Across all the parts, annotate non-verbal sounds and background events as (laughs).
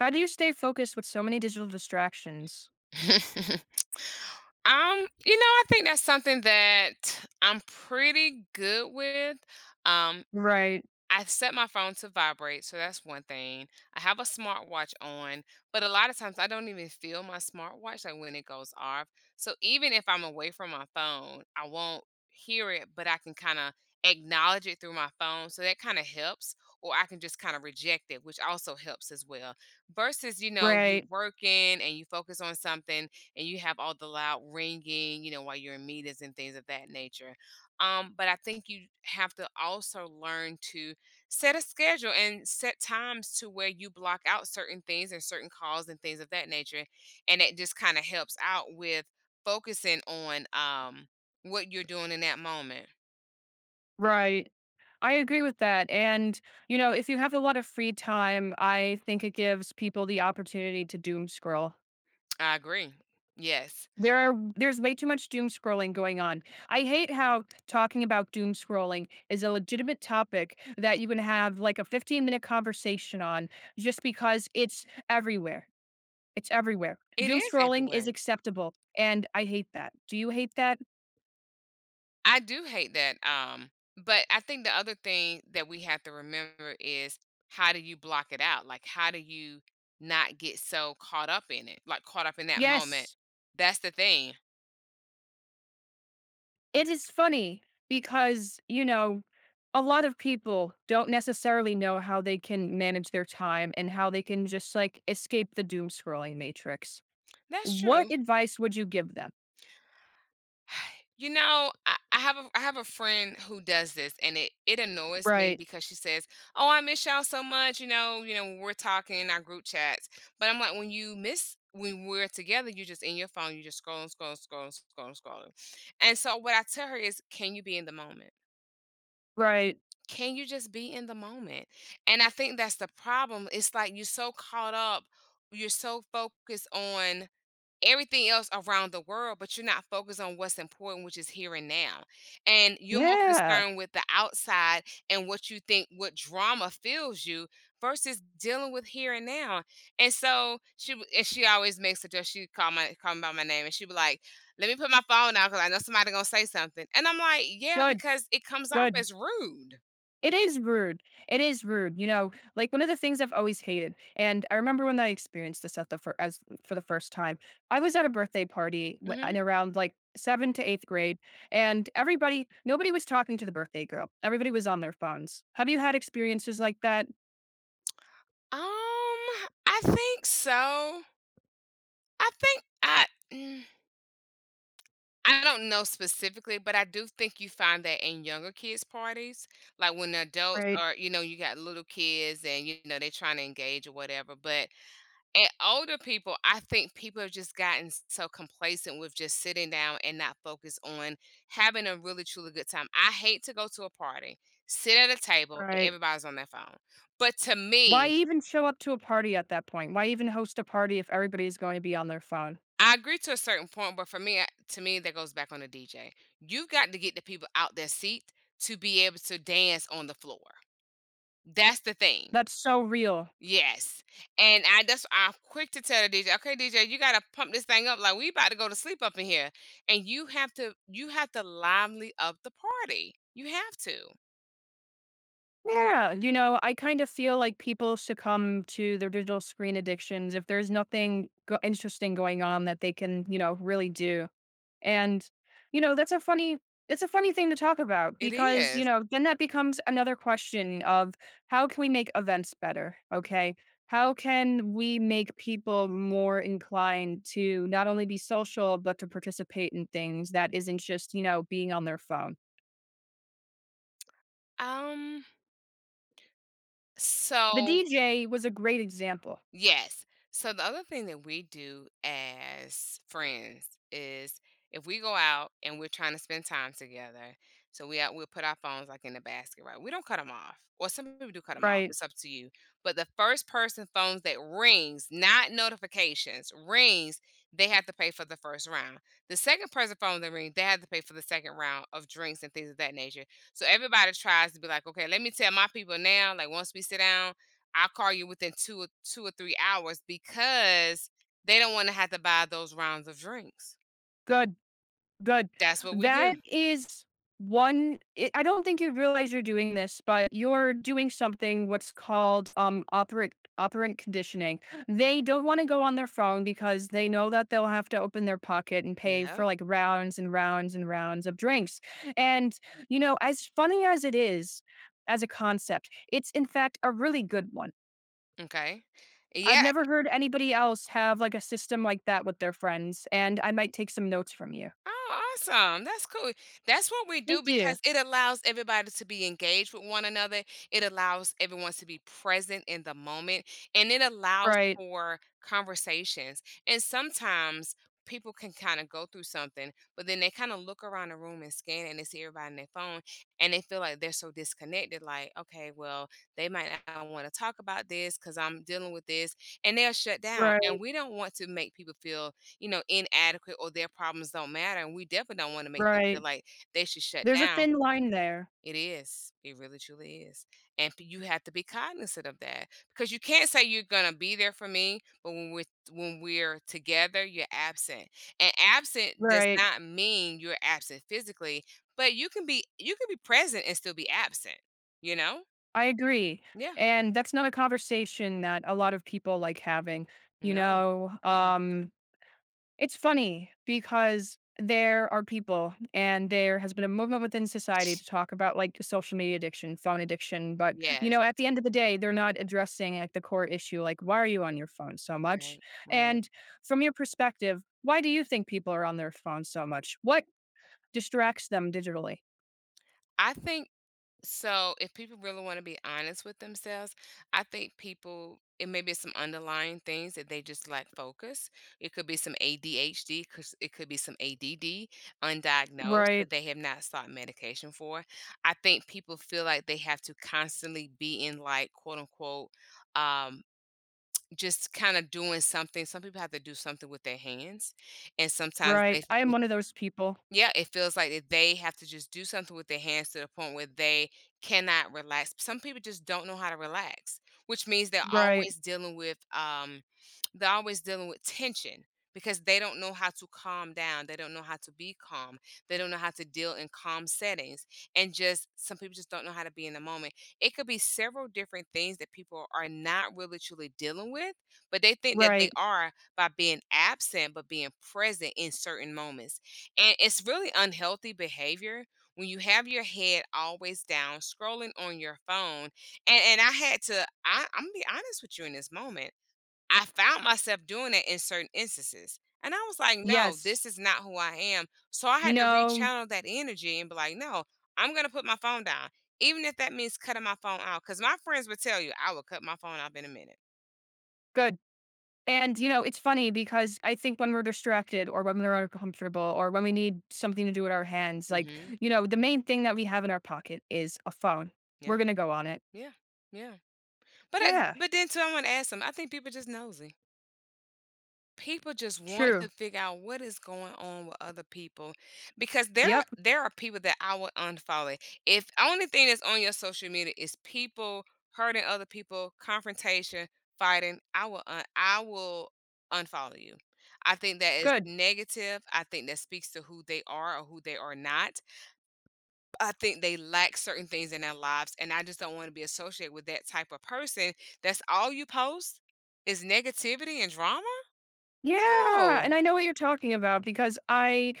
How do you stay focused with so many digital distractions? (laughs) I think that's something that I'm pretty good with. Um, Right, I set my phone to vibrate, so that's one thing. I have a smartwatch on, but a lot of times I don't even feel my smartwatch like when it goes off. So even if I'm away from my phone, I won't hear it, but I can kind of acknowledge it through my phone. So that kind of helps, or I can just kind of reject it, which also helps as well. Versus, you know, you right, working and you focus on something and you have all the loud ringing, you know, while you're in meetings and things of that nature, but I think you have to also learn to set a schedule and set times to where you block out certain things and certain calls and things of that nature, and it just kinda helps out with focusing on, what you're doing in that moment. right. I agree with that. And, you know, if you have a lot of free time, I think it gives people the opportunity to doom scroll. I agree. Yes. There's way too much doom scrolling going on. I hate how talking about doom scrolling is a legitimate topic that you can have like a 15-minute conversation on just because it's everywhere. It's everywhere. It Doom is scrolling everywhere. is acceptable and I hate that. Do you hate that? I do hate that, but I think the other thing that we have to remember is, how do you block it out? Like, how do you not get so caught up in it? Like, caught up in that moment. Yes. That's the thing. It is funny because, you know, a lot of people don't necessarily know how they can manage their time and how they can just like escape the doom scrolling matrix. That's What true. advice would you give them? You know, I have a friend who does this and it annoys me Right. because she says, "Oh, I miss y'all so much, you know, when we're talking in our group chats." But I'm like, "When you miss when we're together, you're just in your phone, you're just scrolling, scrolling, scrolling, scrolling, scrolling." And so what I tell her is, "Can you be in the moment? Right. Can you just be in the moment?" And I think that's the problem. It's like you're so caught up, you're so focused on everything else around the world, but you're not focused on what's important, which is here and now. And you're more Yeah. concerned with the outside and what you think, what drama fills you, versus dealing with here and now. And so she w- and she always makes a just she call me by my name and she be like, let me put my phone out because I know somebody gonna say something. And I'm like, yeah, Good. because it comes off Good. as rude. It is rude. It is rude, you know, like, one of the things I've always hated, and I remember when I experienced this at the fir as for the first time, I was at a birthday party w hmm in Um, around, like, 7th to 8th grade, and everybody nobody was talking to the birthday girl. Everybody was on their phones. Have you had experiences like that? I think so. I think I. mm, I don't know specifically, but I do think you find that in younger kids' parties, like when the adults Right, are, you know, you got little kids and you know they're trying to engage or whatever. But at older people, I think people have just gotten so complacent with just sitting down and not focus on having a really truly good time. I hate to go to a party, sit at a table, and right. everybody's on their phone. But to Why me, even show up to a party at that point? Why even host a party if everybody's going to be on their phone? I agree to a certain point, but for me, to me, that goes back on the DJ. You've got to get the people out their seat to be able to dance on the floor. That's the thing. That's so real. Yes, and I that's I'm quick to tell the DJ, okay, DJ, you got to pump this thing up like we about to go to sleep up in here, and you have to lively up the party. You have to. Yeah, you know, I kind of feel like people succumb to their digital screen addictions if there's nothing interesting going on that they can, you know, really do. And you know, that's a funny it's a funny thing to talk about It because, you is. know, then that becomes another question of how can we make events better, okay? How can we make people more inclined to not only be social but to participate in things that isn't just, you know, being on their phone? Um. The So DJ was a great example, Yes. So the other thing that we do as friends is, if we go out and we're trying to spend time together, so we out, we'll put our phones like in the basket, right? We don't cut them off, or some people do cut them off. right? It's up to you. But the first person phones that rings, not notifications, rings, they have to pay for the first round. The second person phone that rings, they have to pay for the second round of drinks and things of that nature. So everybody tries to be like, okay, let me tell my people now. Like once we sit down I'll call you within 2 or 2 or 3 hours because they don't wanna have to buy those rounds of drinks. Good. Good. That's what we That do. is one I don't think you realize you're doing this, but you're doing something what's called, operant conditioning. They don't wanna go on their phone because they know that they'll have to open their pocket and pay Yeah. for, like, rounds and rounds and rounds of drinks, and, you know, as funny as it is, as a concept, it's, in fact, a really good one. Okay. I've Yeah. never heard anybody else have, like, a system like that with their friends, and I might take some notes from you. Oh, awesome. That's cool. That's what we do Thank you. because it allows everybody to be engaged with one another. It allows everyone to be present in the moment and it allows Right. for conversations. And sometimes people can kind of go through something, but then they kind of look around the room and scan and they see everybody on their phone and they feel like they're so disconnected. Like, okay, well, they might not want to talk about this because I'm dealing with this and they'll shut down. Right, And we don't want to make people feel, you know, inadequate or their problems don't matter, and we definitely don't wanna make them feel right. like they should shut There's a down. thin line there. It is. It really truly is, and p you have to be cognizant of that, because you can't say you're gonna be there for me, but when we're together, you're absent, and absent does Right. not mean you're absent physically, but you can be present and still be absent, you know? I agree. Yeah. And that's not a conversation that a lot of people like having, you No. know? Mm-mm. It's funny because there are people and there has been a movement within society to talk about like social media addiction, phone addiction, but you Yes. know, at the end of the day, they're not addressing like the core issue, like why are you on your phone so much? Right. Right. And from your perspective, why do you think people are on their phone so much? What distracts them digitally? I think, so if people really want to be honest with themselves, I think people it may be some underlying things that they just lack focus. It could be some ADHD, 'cause it could be some ADD, undiagnosed Right. that they have not sought medication for. I think people feel like they have to constantly be in like quote unquote, um just kind of doing something. Some people have to do something with their hands, and Right. I am one of those people. yeah, it feels like that they have to just do something with their hands to the point where they cannot relax. Some people just don't know how to relax, which means Right. They're always dealing with tension because they don't know how to calm down. They don't know how to be calm. They don't know how to deal in calm settings. And just some people just don't know how to be in the moment. It could be several different things that people are not really truly dealing with, but they think that they Right. are by being absent, but being present in certain moments, and it's really unhealthy behavior when you have your head always down, scrolling on your phone. And I had to I, I'm gonna be honest with you in this moment. I found myself doing it in certain instances. And I was like, no, Yes. this is not who I am. So I You had to know, rechannel that energy and be like, no, I'm gonna put my phone down. Even if that means cutting my phone out. Because my friends would tell you I would cut my phone off in a minute. good. And, you know, it's funny because I think when we're distracted or when we're uncomfortable or when we need something to do with our hands, like, hmm you know, the main thing that we have in our pocket is a phone. Yeah, We're going to go on it. yeah, yeah. Yeah. But then too, I want to ask them. I think people just nosy. People just want True. to figure out what is going on with other people because Yep. there are people that I would unfollow. If only thing that's on your social media is people hurting other people, confrontation, fighting, I will unfollow you. I think that is Good. negative. I think that speaks to who they are or who they are not. I think they lack certain things in their lives and I just don't want to be associated with that type of person. That's all you post is negativity and drama? Yeah. No. And I know what you're talking about because I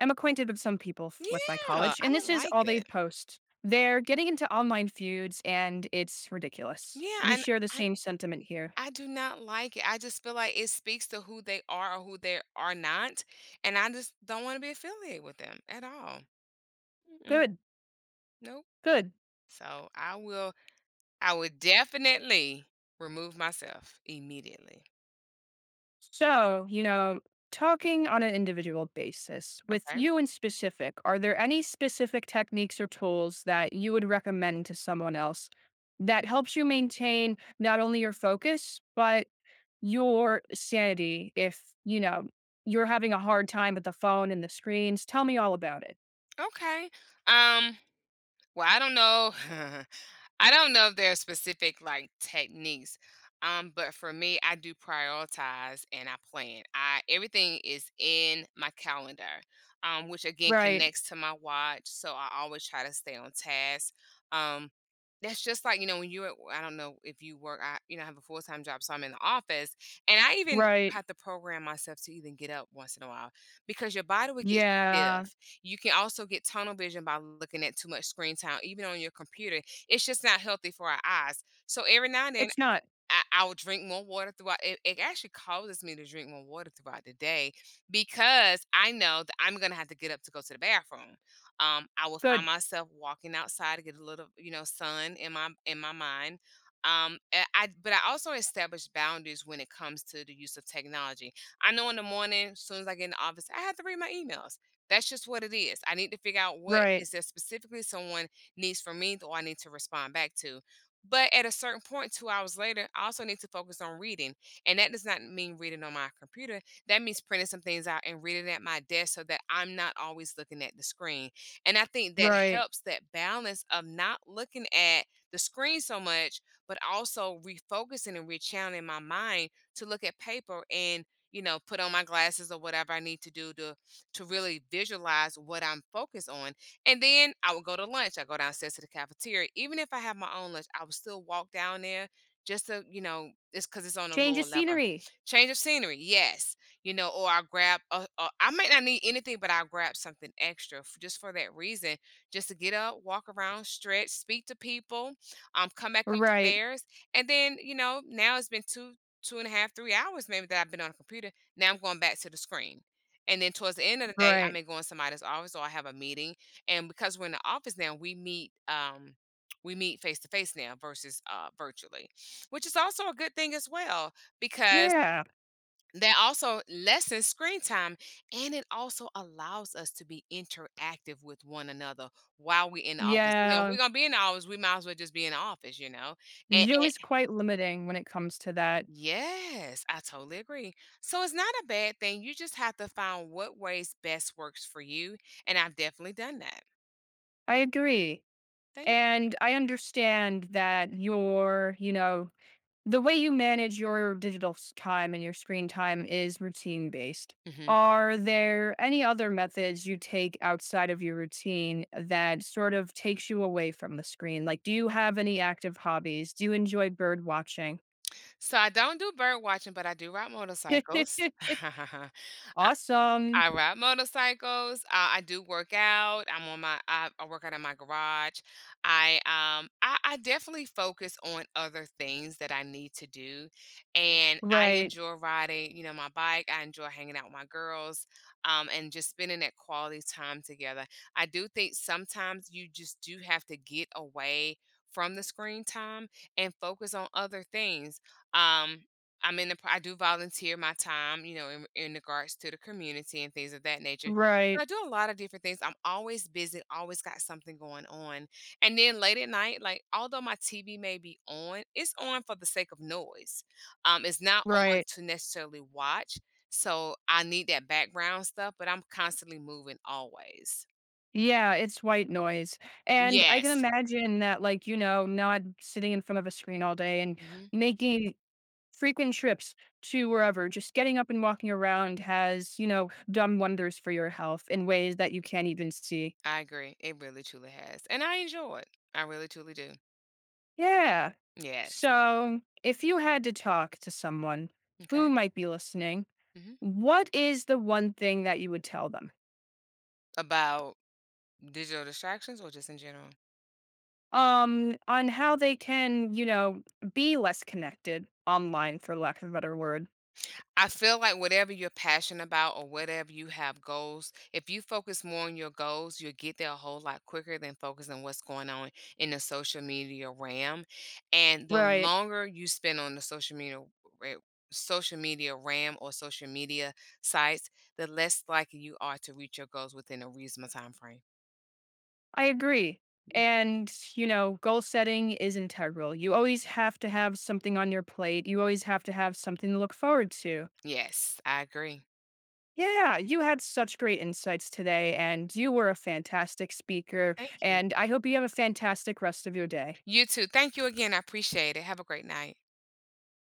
I'm acquainted with some people with my Yeah, college, I and this don't is like all they it. post. They're getting into online feuds, and it's ridiculous. Yeah, We and share the I same sentiment here. I do not like it. I just feel like it speaks to who they are or who they are not, and I just don't want to be affiliated with them at all. Mm-mm, Good, nope. good. So I will I would definitely remove myself immediately. So, you know, talking on an individual basis, with Okay. you in specific, are there any specific techniques or tools that you would recommend to someone else that helps you maintain not only your focus, but your sanity if, you know, you're having a hard time with the phone and the screens? Tell me all about it. Okay. Um, well, I don't know. (laughs) I don't know if there are specific like techniques, but for me, I do prioritize and I plan. I Everything is in my calendar, which again Right, connects to my watch, so I always try to stay on task. Um, that's just like you know I don't know if you work. I You know I have a full time job, so I'm in the office, and I even right, have to program myself to even get up once in a while because your body would get yeah. stiff. You can also get tunnel vision by looking at too much screen time, even on your computer, it's just not healthy for our eyes. So every now and then It's not I'll drink more water throughout. It actually causes me to drink more water throughout the day because I know that I'm gonna have to get up to go to the bathroom. I will find good. myself walking outside to get a little, you know, sun in my mind. I but I also establish boundaries when it comes to the use of technology. I know in the morning, as soon as I get in the office, I have to read my emails. That's just what it is. I need to figure out what Right, is there specifically someone needs from me or I need to respond back to, but at a certain point, 2 hours later, I also need to focus on reading, and that does not mean reading on my computer. That means printing some things out and reading at my desk so that I'm not always looking at the screen, and I think that right. helps that balance of not looking at the screen so much, but also refocusing and rechanneling my mind to look at paper and, put on my glasses or whatever I need to do to really visualize what I'm focused on, and then I would go to lunch. I go downstairs to the cafeteria. Even if I have my own lunch, I would still walk down there just to, it's because it's on a Change of lower level. scenery. Change of scenery, yes. Or I'll grab, a, I might not need anything, but I'll grab something extra just for that reason, just to get up, walk around, stretch, speak to people, come back Right, upstairs. And then, now it's been two, two and a half, 3 hours maybe that I've been on a computer. Now I'm going back to the screen. And then towards the end of the day, I right. may go in somebody's office or I have a meeting, and because we're in the office now, we meet face to face now versus virtually, which is also a good thing as well, because Yeah, that also lessens screen time and it also allows us to be interactive with one another while we're in the office. If yeah. we're gonna be in the office, we might as well just be in the office, and, Zoo and is quite limiting when it comes to that. yes, I totally agree. So it's not a bad thing, you just have to find what ways best works for you, and I've definitely done that. I agree. Thank. And I understand that your, you know, the way you manage your digital time and your screen time is routine based. Mhm. Are there any other methods you take outside of your routine that sort of takes you away from the screen? Like, do you have any active hobbies? Do you enjoy bird watching? So I don't do bird watching, but I do ride motorcycles. (laughs) (laughs) I Awesome. I ride motorcycles. I do work out. I'm on my. I work out in my garage. I definitely focus on other things that I need to do, and I Right, enjoy riding. My bike. I enjoy hanging out with my girls, and just spending that quality time together. I do think sometimes you just do have to get away from the screen time and focus on other things. Um, I'm in the pro I do volunteer my time, in regards to the community and things of that nature. So right, I do a lot of different things. I'm always busy, always got something going on. And then late at night, like although my TV may be on, it's on for the sake of noise. It's not on right. to necessarily watch. So I need that background stuff, but I'm constantly moving always. Yeah, it's white noise. And I can Yes. imagine that, like, you know, not sitting in front of a screen all day and Hmm. making frequent trips to wherever, just getting up and walking around has, you know, done wonders for your health in ways that you can't even see. I agree. It really truly has. And I enjoy it. I really truly do. Yeah. Yes. So, if you had to talk to someone who Okay. might be listening, Hmm. what is the one thing that you would tell them? About. Digital distractions or just in general? On how they can, you know, be less connected online, for lack of a better word. I feel like whatever you're passionate about or whatever you have goals, if you focus more on your goals, you'll get there a whole lot quicker than focusing what's going on in the social media RAM. And the Right. longer you spend on the social media ra- social media RAM or social media sites, the less likely you are to reach your goals within a reasonable time frame. I agree. And, you know, goal setting is integral. You always have to have something on your plate. You always have to have something to look forward to. Yes, I agree. Yeah, you had such great insights today, and you were a fantastic speaker. Thank you. And I hope you have a fantastic rest of your day. You too. Thank you again. I appreciate it. Have a great night.